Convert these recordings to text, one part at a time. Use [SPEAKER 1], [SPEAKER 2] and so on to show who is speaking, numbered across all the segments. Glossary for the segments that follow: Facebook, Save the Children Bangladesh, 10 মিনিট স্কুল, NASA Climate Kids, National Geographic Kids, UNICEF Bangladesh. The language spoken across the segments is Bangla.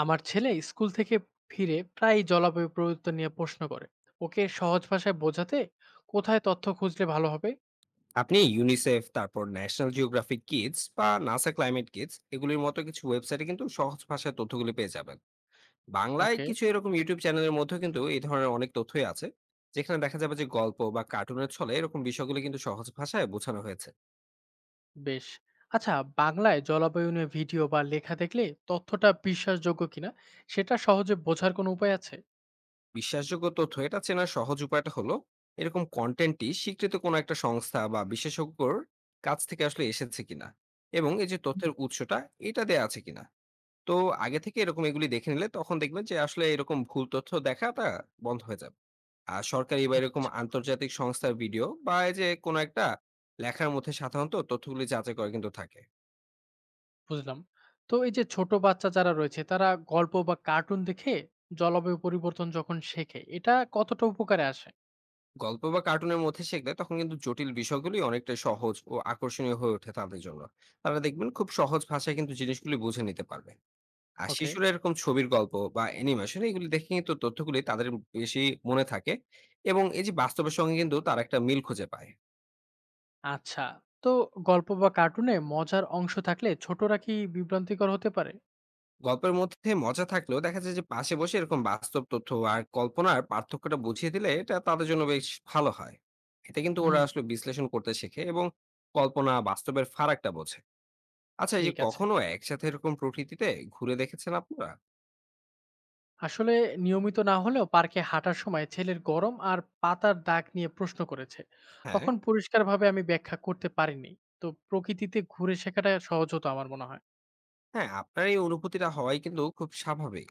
[SPEAKER 1] আমার ছেলে স্কুল থেকে ফিরে প্রায় জলবায়ু পরিবর্তন নিয়ে প্রশ্ন করে। ওকে সহজ ভাষায় বোঝাতে কোথায় তথ্য খুঁজলে ভালো হবে?
[SPEAKER 2] আপনি ইউনিসেফ, তারপর ন্যাশনাল জিওগ্রাফিক কিডস বা নাসা ক্লাইমেট কিডস এগুলির মতো কিছু ওয়েবসাইটে কিন্তু সহজ ভাষায় তথ্যগুলি পেয়ে যাবেন। বাংলায়
[SPEAKER 1] ওকে।
[SPEAKER 2] কিছু এরকম ইউটিউব চ্যানেলের মধ্যেও কিন্তু এই ধরনের অনেক তথ্যই আছে, যেখানে দেখা যাবে যে গল্প বা কার্টুনের ছলে এরকম বিষয়গুলি কিন্তু সহজ ভাষায় বোঝানো হয়েছে।
[SPEAKER 1] বেশ। আচ্ছা, বাংলায় জলবায়ু নিয়ে ভিডিও বা লেখা দেখলে তথ্যটা বিশ্বাসযোগ্য কিনা সেটা সহজে বোঝার কোনো উপায় আছে?
[SPEAKER 2] বিশ্বাসযোগ্য তথ্য এটা চেনার সহজ উপায়টা হলো এরকম কন্টেন্টটি স্বীকৃত কোনো একটা সংস্থা বা বিশেষজ্ঞর কাছ থেকে আসলে এসেছে কিনা, এবং এই যে
[SPEAKER 1] হুম।
[SPEAKER 2] তথ্যের উৎসটা এটা দেয়া আছে কিনা। তো আগে থেকে এরকম এগুলি দেখে নিলে তখন দেখবেন যে আসলে এরকম ভুল তথ্য দেখাটা বন্ধ হয়ে যাবে। আর সরকারি বা এরকম
[SPEAKER 1] আচ্ছা।
[SPEAKER 2] আন্তর্জাতিক সংস্থার ভিডিও বা এই যে কোনো একটা লেখার মধ্যে সাধারণত তথ্যগুলি যাচাই করা কিন্তু থাকে।
[SPEAKER 1] বুঝলাম। তো এই যে ছোট বাচ্চা যারা রয়েছে তারা গল্প বা কার্টুন দেখে জলবায়ু পরিবর্তন যখন শেখে এটা কতটা উপকারে আসে?
[SPEAKER 2] গল্প বা কার্টুনের মধ্যে শিখলে তখন কিন্তু জটিল বিষয়গুলি অনেকটা সহজ ও আকর্ষণীয় হয়ে ওঠে তাদের জন্য। তারা দেখবেন খুব সহজ ভাষায় কিন্তু জিনিসগুলি বুঝে নিতে পারবে। আর
[SPEAKER 1] ওকে।
[SPEAKER 2] শিশুরা এরকম ছবির গল্প বা অ্যানিমেশন এগুলি দেখে কিন্তু তথ্যগুলি তাদের বেশি মনে থাকে, এবং এই যে বাস্তবের সঙ্গে কিন্তু তার একটা মিল খুঁজে পায়।
[SPEAKER 1] আচ্ছা। তো গল্প বা কার্টুনে মজার অংশ থাকলে ছোটরা কি বিভ্রান্তিকর হতে পারে?
[SPEAKER 2] গল্পের মধ্যে মজা থাকলেও দেখা যায় যে পাশে বসে এরকম বাস্তব তথ্য আর কল্পনার পার্থক্যটা বুঝিয়ে দিলে এটা তাদের জন্য বেশ ভালো হয়। এতে কিন্তু ওরা
[SPEAKER 1] হুম।
[SPEAKER 2] আসলে বিশ্লেষণ করতে শেখে এবং কল্পনা বাস্তবের ফারাকটা বোঝে। আচ্ছা, এই যে
[SPEAKER 1] ঠিক আছে।
[SPEAKER 2] কখনো একসাথে এরকম প্রকৃতিতে ঘুরে দেখেছেন আপনারা?
[SPEAKER 1] আসলে নিয়মিত না হলেও পার্কে হাঁটার সময় ছেলের গরম আর পাতার দাগ নিয়ে প্রশ্ন করেছে।
[SPEAKER 2] হ্যাঁ।
[SPEAKER 1] তখন পরিষ্কারভাবে আমি ব্যাখ্যা করতে পারিনি। তো প্রকৃতিতে ঘুরে শেখাটা সহজ হতো আমার মনে হয়।
[SPEAKER 2] হ্যাঁ, আপনার এই অনুভূতিটা হওয়াই কিন্তু খুব স্বাভাবিক।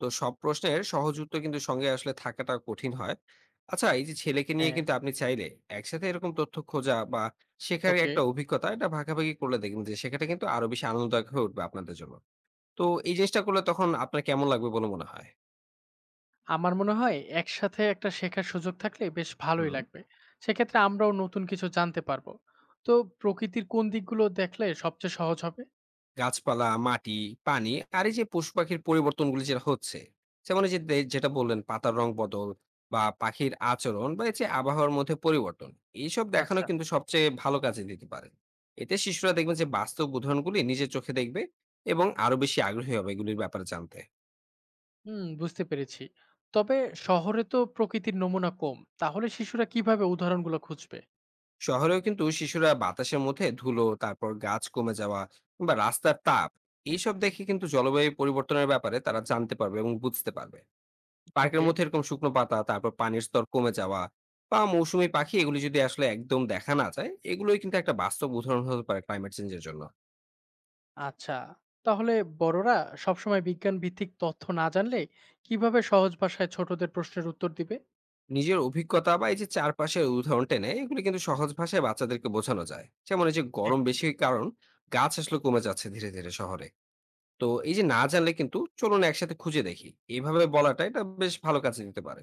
[SPEAKER 2] তো সব প্রশ্নের সহজ উত্তর কিন্তু সঙ্গে আসলে থাকাটা কঠিন হয়। আচ্ছা, এই যে ছেলেকে নিয়ে
[SPEAKER 1] হ্যাঁ।
[SPEAKER 2] কিন্তু আপনি চাইলে একসাথে এরকম তথ্য খোঁজা বা শেখার
[SPEAKER 1] ওকে।
[SPEAKER 2] একটা অভিজ্ঞতা এটা ভাগাভাগি করলে দেখবেন যে সেখানে কিন্তু আরো বেশি আনন্দদায়ক হয়ে উঠবে আপনাদের জন্য। তো এই জিনিসটা করলে তখন আপনার কেমন লাগবে বলে মনে হয়?
[SPEAKER 1] আমার মনে হয় একসাথে একটা শেখার সুযোগ থাকলে বেশ ভালোই
[SPEAKER 2] হুম।
[SPEAKER 1] লাগবে। সেক্ষেত্রে আমরাও নতুন কিছু জানতে পারবো। তো প্রকৃতির কোন দিকগুলো দেখলে সবচেয়ে সহজ হবে?
[SPEAKER 2] গাছপালা, মাটি, পানি আর এই যে পশু পাখির পরিবর্তনগুলি যেটা হচ্ছে, যেমন এই যে যেটা বললেন পাতার রং বদল বা পাখির আচরণ বা এই যে আবহাওয়ার মধ্যে পরিবর্তন, এইসব দেখানো
[SPEAKER 1] আচ্ছা।
[SPEAKER 2] কিন্তু সবচেয়ে ভালো কাজে দিতে পারে। এতে শিশুরা দেখবেন যে বাস্তব উদাহরণগুলি নিজের চোখে দেখবে এবং আরো বেশি আগ্রহী হবে এগুলির ব্যাপারে জানতে।
[SPEAKER 1] হুম, বুঝতে পেরেছি। তবে শহরে তো প্রকৃতির নমুনা কম। তাহলে শিশুরা কিভাবে উদাহরণগুলো খুঁজবে?
[SPEAKER 2] শহরেও কিন্তু শিশুরা বাতাসের মধ্যে ধুলো, তারপর গাছ কমে যাওয়া কিংবা রাস্তার তাপ এইসব দেখে কিন্তু জলবায়ু পরিবর্তনের ব্যাপারে তারা জানতে পারবে এবং বুঝতে পারবে। পার্কের
[SPEAKER 1] ওকে।
[SPEAKER 2] মধ্যে এরকম শুকনো পাতা, তারপর পানির স্তর কমে যাওয়া বা মৌসুমী পাখি এগুলি যদি আসলে একদম দেখা না যায়, এগুলোই কিন্তু একটা বাস্তব উদাহরণ হতে পারে ক্লাইমেট চেঞ্জ এর জন্য।
[SPEAKER 1] আচ্ছা। তাহলে বড়রা সবসময় বিজ্ঞান ভিত্তিক তথ্য না জানলে কিভাবে সহজ ভাষায় ছোটদের প্রশ্নের উত্তর দিবে?
[SPEAKER 2] নিজের অভিজ্ঞতা বা এই যে চারপাশের উদাহরণ টেনে এগুলো কিন্তু সহজ ভাষায় বাচ্চাদেরকে বোঝানো যায়। যেমন এই যে
[SPEAKER 1] হ্যাঁ।
[SPEAKER 2] গরম বেশি হওয়ার কারণ গাছ আসলে কমে যাচ্ছে ধীরে, ধীরে শহরে। তো এই যে না জানলে কিন্তু চলুন একসাথে খুঁজে দেখি। এভাবে বলাটা এটা বেশ ভালো কাজে দিতে পারে।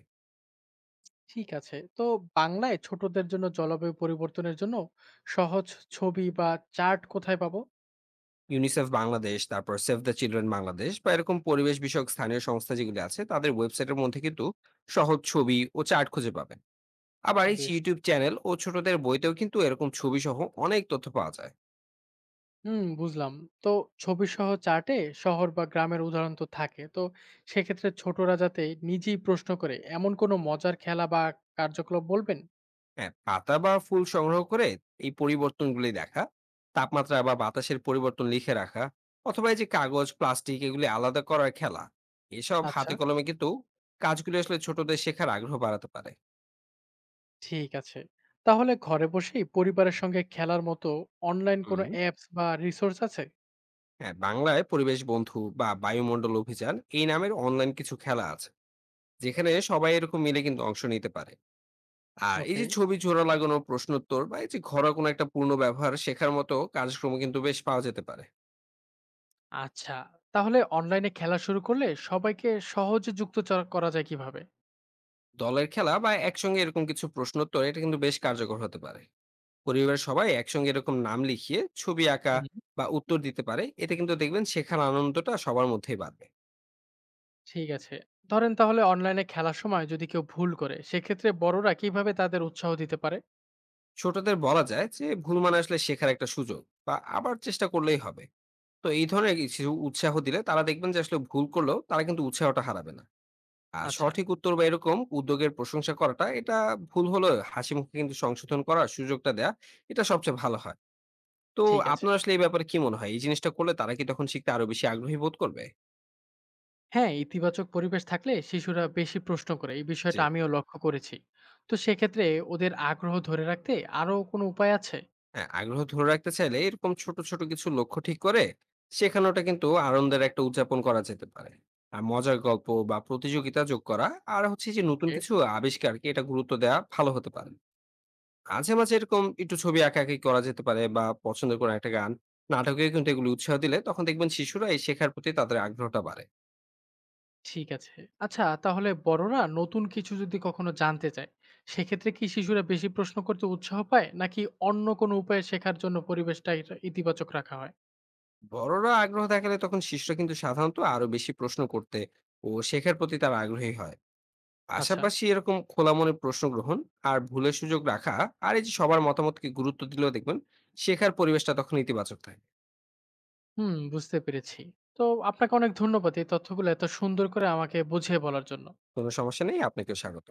[SPEAKER 1] ঠিক আছে। তো বাংলায় ছোটদের জন্য জলবায়ু পরিবর্তনের জন্য সহজ ছবি বা চার্ট কোথায় পাবো?
[SPEAKER 2] ইউনিসেফ বাংলাদেশ, তারপর সেভ দ্য চিলড্রেন বাংলাদেশ বা এরকম পরিবেশ বিষয়ক স্থানীয় সংস্থা যেগুলি আছে তাদের ওয়েবসাইটের মধ্যে কিন্তু সহজ ছবি ও চার্ট খুঁজে পাবেন। আবার এই
[SPEAKER 1] বেশ।
[SPEAKER 2] ইউটিউব চ্যানেল ও ছোটদের বইতেও কিন্তু এরকম ছবি সহ অনেক তথ্য পাওয়া যায়।
[SPEAKER 1] হুম, বুঝলাম। তো ছবিসহ চার্টে শহর বা গ্রামের উদাহরণ তো থাকে। তো সেক্ষেত্রে ছোটরা যাতে নিজেই প্রশ্ন করে এমন কোনো মজার খেলা বা কার্যকলাপ বলবেন?
[SPEAKER 2] হ্যাঁ, পাতা বা ফুল সংগ্রহ করে এই পরিবর্তনগুলি দেখা, তাপমাত্রা বা বাতাসের পরিবর্তন লিখে রাখা, অথবা এই যে কাগজ প্লাস্টিক এগুলি আলাদা করার খেলা, এসব
[SPEAKER 1] আচ্ছা।
[SPEAKER 2] হাতে কলমে কিন্তু কাজগুলি আসলে ছোটদের শেখার আগ্রহ বাড়াতে পারে।
[SPEAKER 1] ঠিক আছে। তাহলে ঘরে বসেই পরিবারের সঙ্গে খেলার মতো অনলাইন কোনো
[SPEAKER 2] হুম।
[SPEAKER 1] অ্যাপস বা রিসোর্স আছে?
[SPEAKER 2] হ্যাঁ, বাংলায় পরিবেশ বন্ধু বা বায়ুমণ্ডল অভিযান এই নামের অনলাইন কিছু খেলা আছে, যেখানে সবাই এরকম মিলে কিন্তু অংশ নিতে পারে। আর এই
[SPEAKER 1] ওকে।
[SPEAKER 2] যে ছবি জোড়া লাগানো প্রশ্নোত্তর বা এই যে ঘরোয়া কোনো একটা পূর্ণ ব্যবহার শেখার মতো কার্যক্রম কিন্তু বেশ পাওয়া যেতে পারে।
[SPEAKER 1] আচ্ছা। তাহলে অনলাইনে খেলা শুরু করলে সবাইকে সহজে যুক্ত চ করা যায় কিভাবে?
[SPEAKER 2] দলের খেলা বা একসঙ্গে এরকম কিছু প্রশ্নোত্তর এটা কিন্তু বেশ কার্যকর হতে পারে। পরিবারের সবাই একসঙ্গে এরকম নাম লিখিয়ে ছবি আঁকা
[SPEAKER 1] হুম।
[SPEAKER 2] বা উত্তর দিতে পারে, এতে কিন্তু দেখবেন শেখার আনন্দটা সবার মধ্যেই বাড়বে।
[SPEAKER 1] ঠিক আছে। ধরেন তাহলে অনলাইনে খেলার সময় যদি কেউ ভুল করে সেক্ষেত্রে বড়রা কিভাবে তাদের উৎসাহ দিতে পারে?
[SPEAKER 2] ছোটদের বলা যায় যে ভুল মানে আসলে শেখার একটা সুযোগ, বা আবার চেষ্টা করলেই হবে। তো এই ধরনের কিছু উৎসাহ দিলে তারা দেখবেন যে আসলে ভুল করলেও তারা কিন্তু উৎসাহটা হারাবে না। আর
[SPEAKER 1] আচ্ছা।
[SPEAKER 2] সঠিক উত্তর বা এরকম উদ্যোগের প্রশংসা করাটা, এটা ভুল হলেও হাসি মুখে কিন্তু সংশোধন করার সুযোগটা দেয়া, এটা সবচেয়ে ভালো হয়। তো
[SPEAKER 1] ঠিক আছে।
[SPEAKER 2] আপনার আসলে এই ব্যাপারে কি মনে হয়, এই জিনিসটা করলে তারা কি তখন শিখতে আরো বেশি আগ্রহী বোধ করবে?
[SPEAKER 1] হ্যাঁ, ইতিবাচক পরিবেশ থাকলে শিশুরা বেশি প্রশ্ন করে। এই
[SPEAKER 2] জি।
[SPEAKER 1] বিষয়টা আমিও লক্ষ্য করেছি। তো সেক্ষেত্রে ওদের আগ্রহ ধরে রাখতে আরো কোনো উপায় আছে?
[SPEAKER 2] হ্যাঁ, আগ্রহ ধরে রাখতে চাইলে এরকম ছোট ছোট কিছু লক্ষ্য ঠিক করে শেখানোটা কিন্তু আনন্দের একটা উদযাপন করা যেতে পারে। আর মজার গল্প বা প্রতিযোগিতা যোগ করা, আর হচ্ছে যে নতুন
[SPEAKER 1] ওকে।
[SPEAKER 2] কিছু আবিষ্কারকে এটা গুরুত্ব দেওয়া ভালো হতে পারে। মাঝে, মাঝে এরকম একটু ছবি আঁকাআঁকি করা যেতে পারে বা পছন্দের কোনো একটা গান, নাটকে কিন্তু এগুলো উৎসাহ দিলে তখন দেখবেন শিশুরা এই শেখার প্রতি তাদের আগ্রহটা বাড়ে।
[SPEAKER 1] ঠিক আছে। আচ্ছা, তাহলে বড়রা নতুন কিছু যদি কখনো জানতে চায়, সেক্ষেত্রে কি শিশুরা বেশি প্রশ্ন করতে উৎসাহ পায়? নাকি অন্য কোনো উপায়ে শেখার জন্য পরিবেশটা এটা ইতিবাচক রাখা হয়?
[SPEAKER 2] বড়রা আগ্রহ দেখালে তখন শিশুরা কিন্তু সাধারণত আরো বেশি প্রশ্ন করতে ও শেখার প্রতি তারা আগ্রহী হয়।
[SPEAKER 1] আচ্ছা।
[SPEAKER 2] পাশাপাশি এরকম খোলা মনে প্রশ্ন গ্রহণ, আর ভুলের সুযোগ রাখা, আর এই যে সবার মতামতকে গুরুত্ব দিলেও দেখবেন শেখার পরিবেশটা তখন ইতিবাচক থাকে।
[SPEAKER 1] হুম, বুঝতে পেরেছি। তো আপনাকে অনেক ধন্যবাদ এই তথ্যগুলো এত সুন্দর করে আমাকে বুঝিয়ে বলার জন্য।
[SPEAKER 2] কোনো সমস্যা নেই, আপনাকেও স্বাগত।